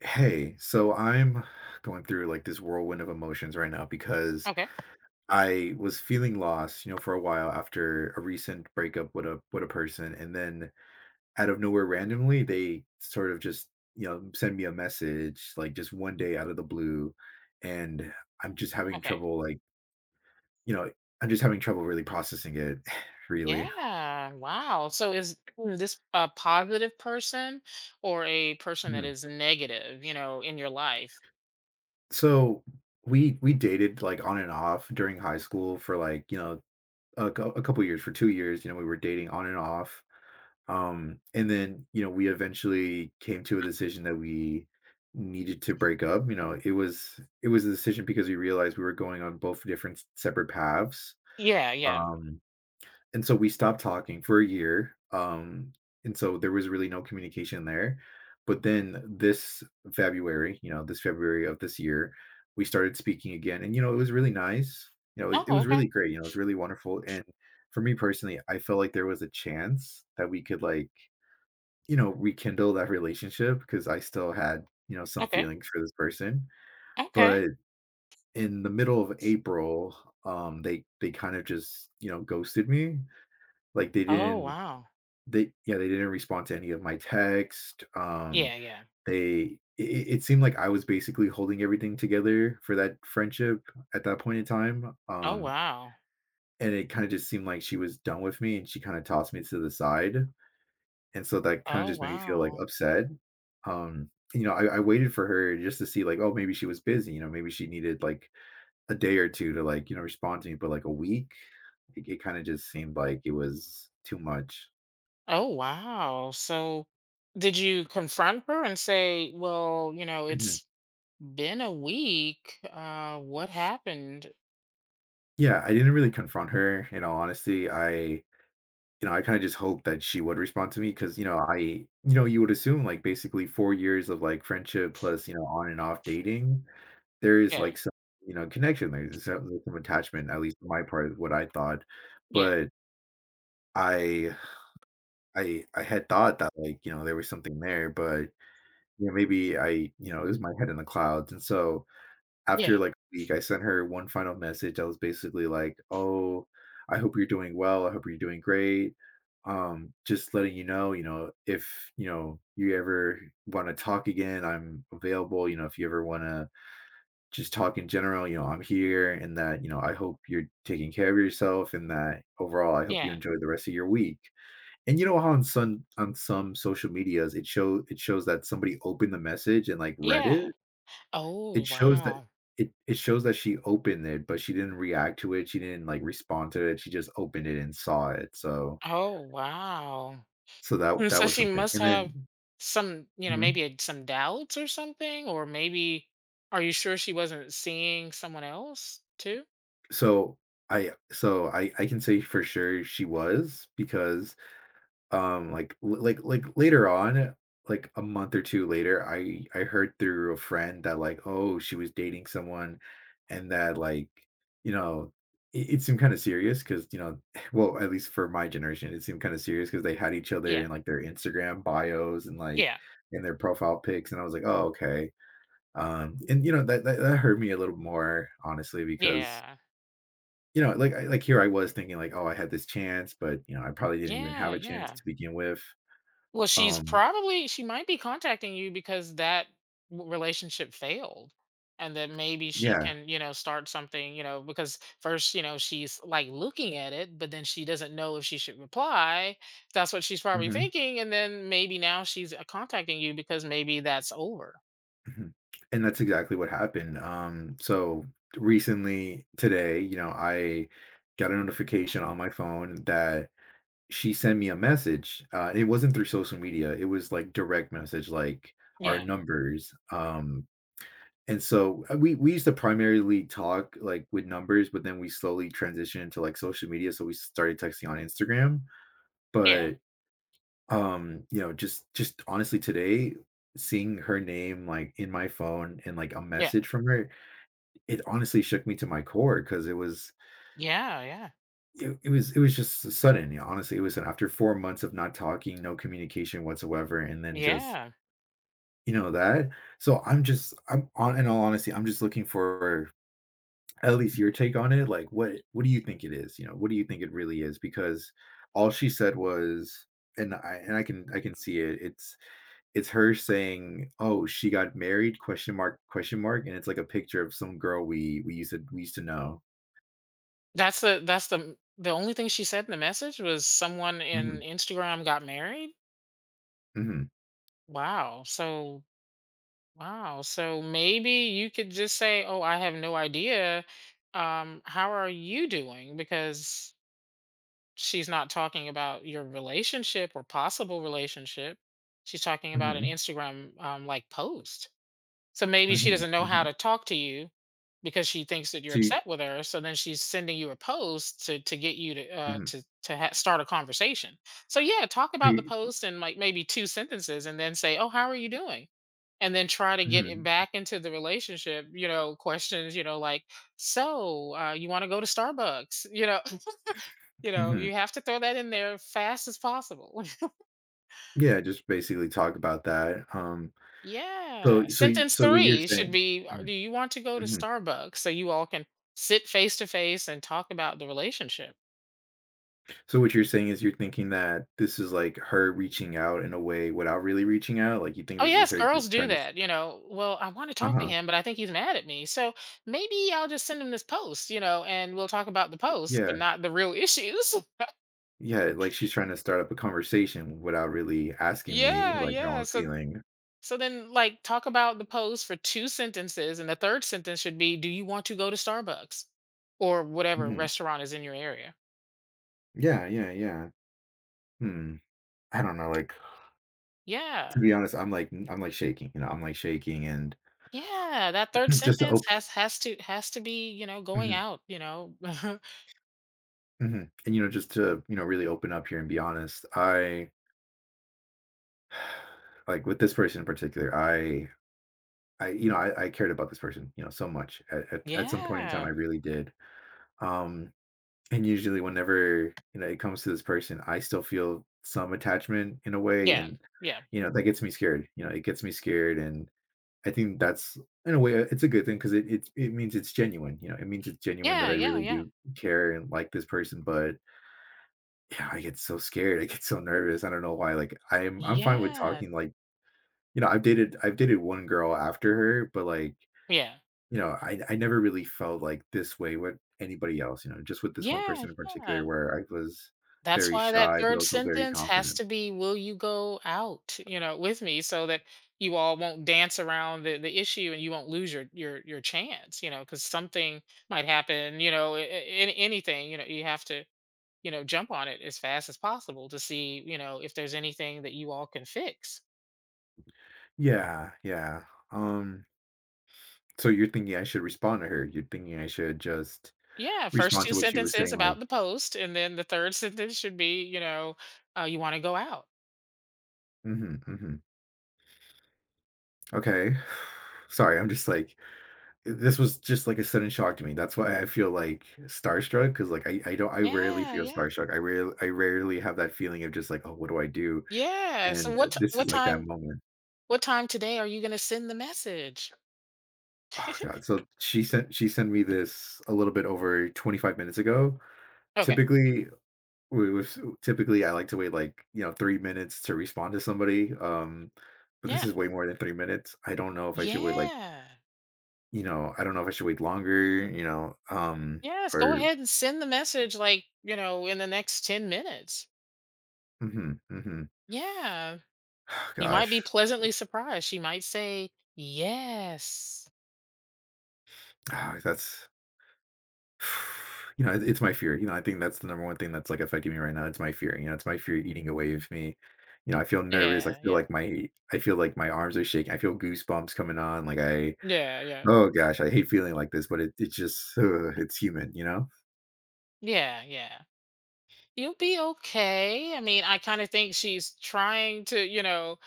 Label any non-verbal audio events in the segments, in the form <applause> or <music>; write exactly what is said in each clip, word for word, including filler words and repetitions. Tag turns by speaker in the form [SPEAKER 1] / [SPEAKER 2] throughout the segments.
[SPEAKER 1] Hey, so I'm going through like this whirlwind of emotions right now because
[SPEAKER 2] Okay.
[SPEAKER 1] I was feeling lost, you know, for a while after a recent breakup with a with a person, and then out of nowhere, randomly, they sort of just, you know, send me a message like just one day out of the blue, and I'm just having
[SPEAKER 2] Okay.
[SPEAKER 1] trouble like, you know, I'm just having trouble really processing it, <sighs> really.
[SPEAKER 2] Yeah. Wow. So is this a positive person or a person that
[SPEAKER 1] Mhm.
[SPEAKER 2] is negative, you know, in your life?
[SPEAKER 1] So we we dated like on and off during high school for like, you know, a, cou- a couple years, for two years. You know, we were dating on and off. Um and then, you know, we eventually came to a decision that we needed to break up. You know, it was it was a decision because we realized we were going on both different separate paths.
[SPEAKER 2] Yeah, yeah.
[SPEAKER 1] um and so we stopped talking for a year. Um, and so there was really no communication there. But then this February, you know, this February of this year, we started speaking again. And, you know, it was really nice. You know, it, it
[SPEAKER 2] Oh,
[SPEAKER 1] was
[SPEAKER 2] okay.
[SPEAKER 1] really great. You know, it was really wonderful. And for me personally, I felt like there was a chance that we could, like, you know, rekindle that relationship because I still had, you know, some
[SPEAKER 2] Okay.
[SPEAKER 1] feelings for this person.
[SPEAKER 2] Okay.
[SPEAKER 1] But in the middle of April, um, they they kind of just, you know, ghosted me, like, they
[SPEAKER 2] Oh,
[SPEAKER 1] didn't
[SPEAKER 2] wow.
[SPEAKER 1] they yeah, they didn't respond to any of my text. um
[SPEAKER 2] Yeah, yeah.
[SPEAKER 1] they it, it seemed like I was basically holding everything together for that friendship at that point in time.
[SPEAKER 2] Oh,
[SPEAKER 1] Um
[SPEAKER 2] wow.
[SPEAKER 1] and it kind of just seemed like she was done with me and she kind of tossed me to the side, and so that kind of
[SPEAKER 2] Oh,
[SPEAKER 1] just made me feel like
[SPEAKER 2] wow.
[SPEAKER 1] upset. um you know, I, I waited for her just to see like, oh, maybe she was busy, you know, maybe she needed like a day or two to, like, you know, respond to me, but like a week, it, it kind of just seemed like it was too much.
[SPEAKER 2] Oh, wow. So did you confront her and say, "Well, you know, it's been a week. Uh what happened?"
[SPEAKER 1] Yeah, I didn't really confront her, in all honesty. I, you know, I kind of just hoped that she would respond to me because, you know, I, you know, you would assume like basically four years of like friendship plus, you know, on and off dating, there is
[SPEAKER 2] Yeah.
[SPEAKER 1] like some, you know, connection. There's some, there's some attachment, at least on my part, what I thought.
[SPEAKER 2] Yeah.
[SPEAKER 1] But I, I, I had thought that like, you know, there was something there, but you know, maybe I, you know, it was my head in the clouds. And so
[SPEAKER 2] Yeah.
[SPEAKER 1] after like a week, I sent her one final message that was basically like, "Oh, I hope you're doing well. I hope you're doing great. Um, just letting you know, you know, if you know you ever want to talk again, I'm available. You know, if you ever want to just talk in general, you know, I'm here. And that, you know, I hope you're taking care of yourself, and that overall, I hope you
[SPEAKER 2] Yeah.
[SPEAKER 1] enjoy the rest of your week." And you know how on some on some social medias, it show it shows that somebody opened the message and like read
[SPEAKER 2] Yeah.
[SPEAKER 1] it.
[SPEAKER 2] Oh,
[SPEAKER 1] it shows that
[SPEAKER 2] wow.
[SPEAKER 1] it it shows that she opened it, but she didn't react to it, she didn't, like, respond to it, she just opened it and saw it, so
[SPEAKER 2] Oh, wow.
[SPEAKER 1] so that
[SPEAKER 2] Mm,
[SPEAKER 1] that
[SPEAKER 2] So
[SPEAKER 1] was
[SPEAKER 2] she
[SPEAKER 1] something,
[SPEAKER 2] must
[SPEAKER 1] and
[SPEAKER 2] have
[SPEAKER 1] then
[SPEAKER 2] some, you know,
[SPEAKER 1] mhm.
[SPEAKER 2] maybe a- some doubts or something, or maybe are you sure she wasn't seeing someone else too?
[SPEAKER 1] So I so I I can say for sure she was because um like like like later on, like a month or two later, i i heard through a friend that like, oh, she was dating someone, and that like, you know, it, it seemed kind of serious because, you know, <laughs> well, at least for my generation, it seemed kind of serious because they had each other
[SPEAKER 2] Yeah.
[SPEAKER 1] in like their Instagram bios and like
[SPEAKER 2] Yeah.
[SPEAKER 1] in their profile pics, and I was like, oh, okay. Um and you know that that, that hurt me a little more, honestly, because
[SPEAKER 2] Yeah.
[SPEAKER 1] you know, like, I, like, here I was thinking like, oh, I had this chance, but you know, I probably didn't even
[SPEAKER 2] Yeah.
[SPEAKER 1] have a chance
[SPEAKER 2] Yeah.
[SPEAKER 1] to begin with.
[SPEAKER 2] Well, she's
[SPEAKER 1] um,
[SPEAKER 2] probably she might be contacting you because that w- relationship failed. And that maybe she
[SPEAKER 1] yeah,
[SPEAKER 2] can, you know, start something, you know, because first, you know, she's like looking at it, but then she doesn't know if she should reply. That's what she's probably
[SPEAKER 1] mhm,
[SPEAKER 2] thinking. And then maybe now she's uh, contacting you because maybe that's over.
[SPEAKER 1] mhm, and that's exactly what happened. Um, so recently today, you know, I got a notification on my phone that she sent me a message. Uh, it wasn't through social media, it was, like, direct message, like, our
[SPEAKER 2] Yeah.
[SPEAKER 1] numbers. Um, and so, uh, we we used to primarily talk, like, with numbers, but then we slowly transitioned to, like, social media, so we started texting on Instagram.
[SPEAKER 2] Yeah.
[SPEAKER 1] But um you know, just just honestly today, seeing her name like in my phone and like a
[SPEAKER 2] Yeah.
[SPEAKER 1] message from her, it honestly shook me to my core because it was
[SPEAKER 2] Yeah. Yeah.
[SPEAKER 1] it, it was it was just sudden, you know. Honestly, it was after four months of not talking, no communication whatsoever, and then just,
[SPEAKER 2] Yeah.
[SPEAKER 1] you know, that. So I'm just I'm on in all honesty, I'm just looking for at least your take on it, like, what what do you think it is? You know, what do you think it really is? Because all she said was, and i and i can i can see it, it's it's her saying, "Oh, she got married?" Question mark, question mark. And it's like a picture of some girl we we used to we used to know.
[SPEAKER 2] That's the, that's the, the only thing she said in the message was someone
[SPEAKER 1] Mhm,
[SPEAKER 2] in Instagram got married.
[SPEAKER 1] mhm,
[SPEAKER 2] Wow. So wow. So maybe you could just say, "Oh, I have no idea. Um, how are you doing?" Because she's not talking about your relationship or possible relationship. She's talking about an
[SPEAKER 1] mhm,
[SPEAKER 2] Instagram um, like post. So maybe she
[SPEAKER 1] mhm,
[SPEAKER 2] doesn't know how
[SPEAKER 1] mhm.
[SPEAKER 2] to talk to you because she thinks that you're
[SPEAKER 1] So you
[SPEAKER 2] upset with her. So then she's sending you a post to to get you to uh,
[SPEAKER 1] Mhm.
[SPEAKER 2] to to ha- start a conversation. So yeah, talk
[SPEAKER 1] so
[SPEAKER 2] about the
[SPEAKER 1] you
[SPEAKER 2] post in like maybe two sentences, and then say, "Oh, how are you doing?" And then try to get it
[SPEAKER 1] Mhm,
[SPEAKER 2] back into the relationship. You know, questions. You know, like, "So uh, you want to go to Starbucks?" You know, <laughs> you know,
[SPEAKER 1] mhm.
[SPEAKER 2] you have to throw that in there fast as possible.
[SPEAKER 1] Yeah, just basically talk about that. Um,
[SPEAKER 2] Yeah.
[SPEAKER 1] so so you
[SPEAKER 2] Sentence
[SPEAKER 1] so what you're
[SPEAKER 2] three should
[SPEAKER 1] saying
[SPEAKER 2] be, uh,
[SPEAKER 1] Mhm,
[SPEAKER 2] "Do you want to go to
[SPEAKER 1] mhm.
[SPEAKER 2] Starbucks?" So you all can sit face to face and talk about the relationship.
[SPEAKER 1] So what you're saying is, you're thinking that this is, like, her reaching out in a way without really reaching out? Like, you think
[SPEAKER 2] Oh,
[SPEAKER 1] this is
[SPEAKER 2] yes,
[SPEAKER 1] her
[SPEAKER 2] girls
[SPEAKER 1] just
[SPEAKER 2] do
[SPEAKER 1] trying to.
[SPEAKER 2] that, you know, "Well, I wanna talk to
[SPEAKER 1] Uh-huh.
[SPEAKER 2] him, but I think he's mad at me, so maybe I'll just send him this post, you know, and we'll talk about the post,
[SPEAKER 1] Yeah.
[SPEAKER 2] but not the real issues." <laughs>
[SPEAKER 1] Yeah, like, she's trying to start up a conversation without really asking me,
[SPEAKER 2] Yeah,
[SPEAKER 1] like, how
[SPEAKER 2] yeah,
[SPEAKER 1] I'm
[SPEAKER 2] so
[SPEAKER 1] feeling.
[SPEAKER 2] so then, like, talk about the post for two sentences, and the third sentence should be, "Do you want to go to Starbucks?" Or whatever
[SPEAKER 1] Mhm.
[SPEAKER 2] restaurant is in your area.
[SPEAKER 1] Yeah, yeah, yeah. Hmm. I don't know, like, to
[SPEAKER 2] Yeah.
[SPEAKER 1] be honest, I'm like I'm, like, shaking, you know, I'm, like, shaking, and
[SPEAKER 2] Yeah, that third
[SPEAKER 1] <clears throat> just to
[SPEAKER 2] sentence
[SPEAKER 1] open,
[SPEAKER 2] has has to has to be, you know, going out, you know? <laughs>
[SPEAKER 1] and, you know, just to, you know, really open up here and be honest, I <sighs> like, with this person in particular, I I you know, I I cared about this person, you know, so much. At at at some point in time, I
[SPEAKER 2] Yeah.
[SPEAKER 1] really did. Um and usually whenever, you know, it comes to this person, I still feel some attachment in a way,
[SPEAKER 2] Yeah,
[SPEAKER 1] and
[SPEAKER 2] yeah.
[SPEAKER 1] you know that gets me scared, you know, it gets me scared. And I think that's in a way it's a good thing because it, it it means it's genuine, you know, it means it's genuine that I
[SPEAKER 2] Yeah, yeah,
[SPEAKER 1] really
[SPEAKER 2] yeah.
[SPEAKER 1] do care and like this person. But yeah, I get so scared, I get so nervous, I don't know why, like, i'm i'm fine with
[SPEAKER 2] Yeah,
[SPEAKER 1] talking, like, you know, i've dated i've dated one girl after her, but like,
[SPEAKER 2] yeah.
[SPEAKER 1] you know, I I never really felt like this way with anybody else, you know, just with this one
[SPEAKER 2] Yeah,
[SPEAKER 1] person in particular
[SPEAKER 2] yeah.
[SPEAKER 1] where I was
[SPEAKER 2] That's
[SPEAKER 1] very
[SPEAKER 2] why that
[SPEAKER 1] shy, but
[SPEAKER 2] third
[SPEAKER 1] also very
[SPEAKER 2] sentence has
[SPEAKER 1] confident.
[SPEAKER 2] to be, "Will you go out," you know, "with me?" So that you all won't dance around the the issue and you won't lose your your your chance, you know, because something might happen, you know, a a any anything, you know, you have to you know, jump on it as fast as possible to see, you know, if there's anything that you all can fix.
[SPEAKER 1] Yeah, yeah. Um, so you're thinking I should respond to her. You're thinking I should just
[SPEAKER 2] Yeah, first
[SPEAKER 1] respond
[SPEAKER 2] two
[SPEAKER 1] to what she was
[SPEAKER 2] sentences
[SPEAKER 1] saying, like,
[SPEAKER 2] about the post, and then the third <laughs> sentence should be, you know, uh, you want to go out.
[SPEAKER 1] mm-hmm, mm-hmm. Okay. <sighs> Sorry, I'm just like this was just like a sudden shock to me. That's why I feel like starstruck because like I, I don't I rarely
[SPEAKER 2] Yeah,
[SPEAKER 1] feel
[SPEAKER 2] yeah,
[SPEAKER 1] starstruck. I rarely I rarely have that feeling of just like, oh, what do I do?
[SPEAKER 2] yeah. So
[SPEAKER 1] And uh,
[SPEAKER 2] what t-
[SPEAKER 1] this is
[SPEAKER 2] what
[SPEAKER 1] like that
[SPEAKER 2] time
[SPEAKER 1] moment.
[SPEAKER 2] what time today are you going to send the message?
[SPEAKER 1] Oh god. So she sent she sent me this a little bit over twenty-five minutes ago.
[SPEAKER 2] Okay.
[SPEAKER 1] Typically, we was typically I like to wait like, you know, three minutes to respond to somebody. Um but this
[SPEAKER 2] Yeah.
[SPEAKER 1] is way more than three minutes. I don't know if I should wait like,
[SPEAKER 2] Yeah.
[SPEAKER 1] you know, I don't know if I should wait longer, you know. Um
[SPEAKER 2] Yes. Go
[SPEAKER 1] or
[SPEAKER 2] ahead and send the message, like you know, in the next ten minutes.
[SPEAKER 1] mhm, mhm.
[SPEAKER 2] Yeah.
[SPEAKER 1] <sighs>
[SPEAKER 2] You might
[SPEAKER 1] Gosh.
[SPEAKER 2] be pleasantly surprised. She might say yes.
[SPEAKER 1] <sighs> that's <sighs> You know, it it's my fear, you know, I think that's the number one thing that's, like, affecting me right now, it's my fear, you know, it's my fear eating away of me. You know, I feel nervous, I
[SPEAKER 2] Yeah.
[SPEAKER 1] feel
[SPEAKER 2] Yeah.
[SPEAKER 1] like my I feel like my arms are shaking, I feel goosebumps coming on, like, I
[SPEAKER 2] Yeah, yeah.
[SPEAKER 1] oh gosh, I hate feeling like this, but it it's just, ugh, it's human, you know?
[SPEAKER 2] Yeah, yeah. You'll be okay. I mean, I kind of think she's trying to, you know,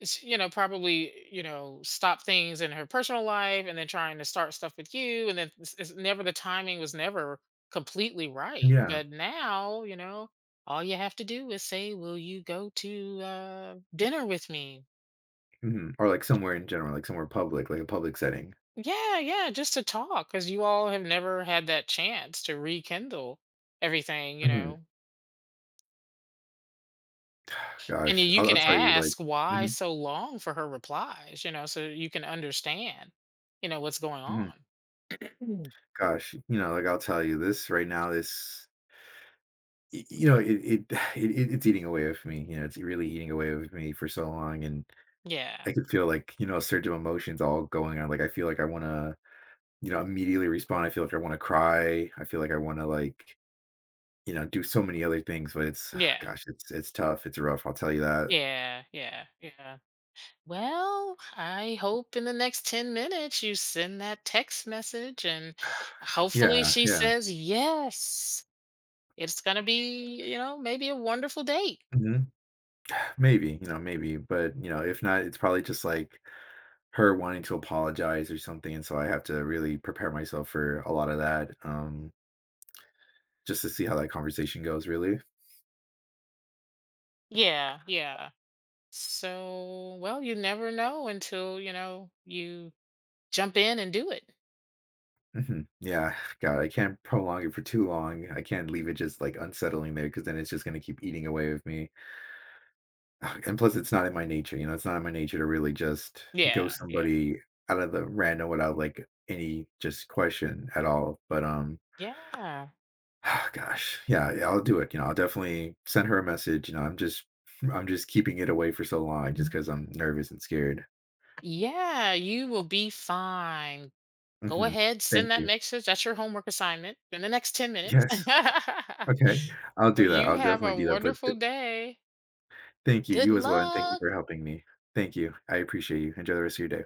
[SPEAKER 2] s- you know, probably, you know, stop things in her personal life and then trying to start stuff with you and then it's, it's never the timing was never completely right.
[SPEAKER 1] Yeah,
[SPEAKER 2] But now, you know, all you have to do is say, "Will you go to uh dinner with me?"
[SPEAKER 1] mhm, or, like, somewhere in general, like, somewhere public, like a public setting.
[SPEAKER 2] Yeah, yeah, just to talk cuz you all have never had that chance to rekindle everything, you
[SPEAKER 1] Mhm,
[SPEAKER 2] know. And
[SPEAKER 1] gosh,
[SPEAKER 2] you
[SPEAKER 1] I'll
[SPEAKER 2] can
[SPEAKER 1] I'll tell you, like,
[SPEAKER 2] ask why
[SPEAKER 1] mhm,
[SPEAKER 2] so long for her replies, you know, so you can understand, you know, what's going
[SPEAKER 1] mhm,
[SPEAKER 2] on. <clears throat>
[SPEAKER 1] gosh, you know, like, I'll tell you, this right now, this y- you know, it, it <sighs> it it- it's eating away of me. You know, it's really eating away of me for so long, and
[SPEAKER 2] Yeah.
[SPEAKER 1] I could feel like, you know, a surge of emotions all going on. Like, I feel like I want to, you know, immediately respond. I feel like I want to cry. I feel like I want to, like, you know, do so many other things. But it's <sighs>
[SPEAKER 2] Yeah.
[SPEAKER 1] gosh, it's it's tough. It's rough. I'll tell you that.
[SPEAKER 2] Yeah. Yeah. Yeah. Well, I hope in the next ten minutes you send that text message and hopefully
[SPEAKER 1] Yeah,
[SPEAKER 2] she
[SPEAKER 1] yeah.
[SPEAKER 2] says yes. It's going to be, you know, maybe a wonderful date.
[SPEAKER 1] Hmm. Maybe, you know, maybe, but you know, if not, it's probably just like her wanting to apologize or something, and so I have to really prepare myself for a lot of that, um, just to see how that conversation goes, really.
[SPEAKER 2] Yeah. Yeah. So, well, you never know until, you know, you jump in and do it.
[SPEAKER 1] Mhm. Yeah, God, I can't prolong it for too long. I can't leave it just like unsettling there because then it's just going to keep eating away with me. Ugh, and plus, it's not in my nature. You know, it's not in my nature to really just
[SPEAKER 2] Yeah.
[SPEAKER 1] go
[SPEAKER 2] Yeah.
[SPEAKER 1] somebody out of the random without like any just question at all. But um,
[SPEAKER 2] Yeah.
[SPEAKER 1] <sighs> gosh, yeah, yeah, I'll do it. You know, I'll definitely send her a message. You know, I'm just, I'm just keeping it away for so long just because I'm nervous and scared.
[SPEAKER 2] Yeah, you will be fine. Go
[SPEAKER 1] Hmm.
[SPEAKER 2] ahead, send
[SPEAKER 1] Thank
[SPEAKER 2] that
[SPEAKER 1] you.
[SPEAKER 2] message. That's your homework assignment in the next ten minutes.
[SPEAKER 1] Yes.
[SPEAKER 2] <laughs>
[SPEAKER 1] Okay. I'll
[SPEAKER 2] Well,
[SPEAKER 1] do that.
[SPEAKER 2] you
[SPEAKER 1] I'll
[SPEAKER 2] have
[SPEAKER 1] definitely
[SPEAKER 2] a
[SPEAKER 1] do that. But
[SPEAKER 2] wonderful day.
[SPEAKER 1] thank you.
[SPEAKER 2] Good
[SPEAKER 1] You as well, and thank you
[SPEAKER 2] luck.
[SPEAKER 1] for helping me. Thank you. I appreciate you. Enjoy the rest of your day.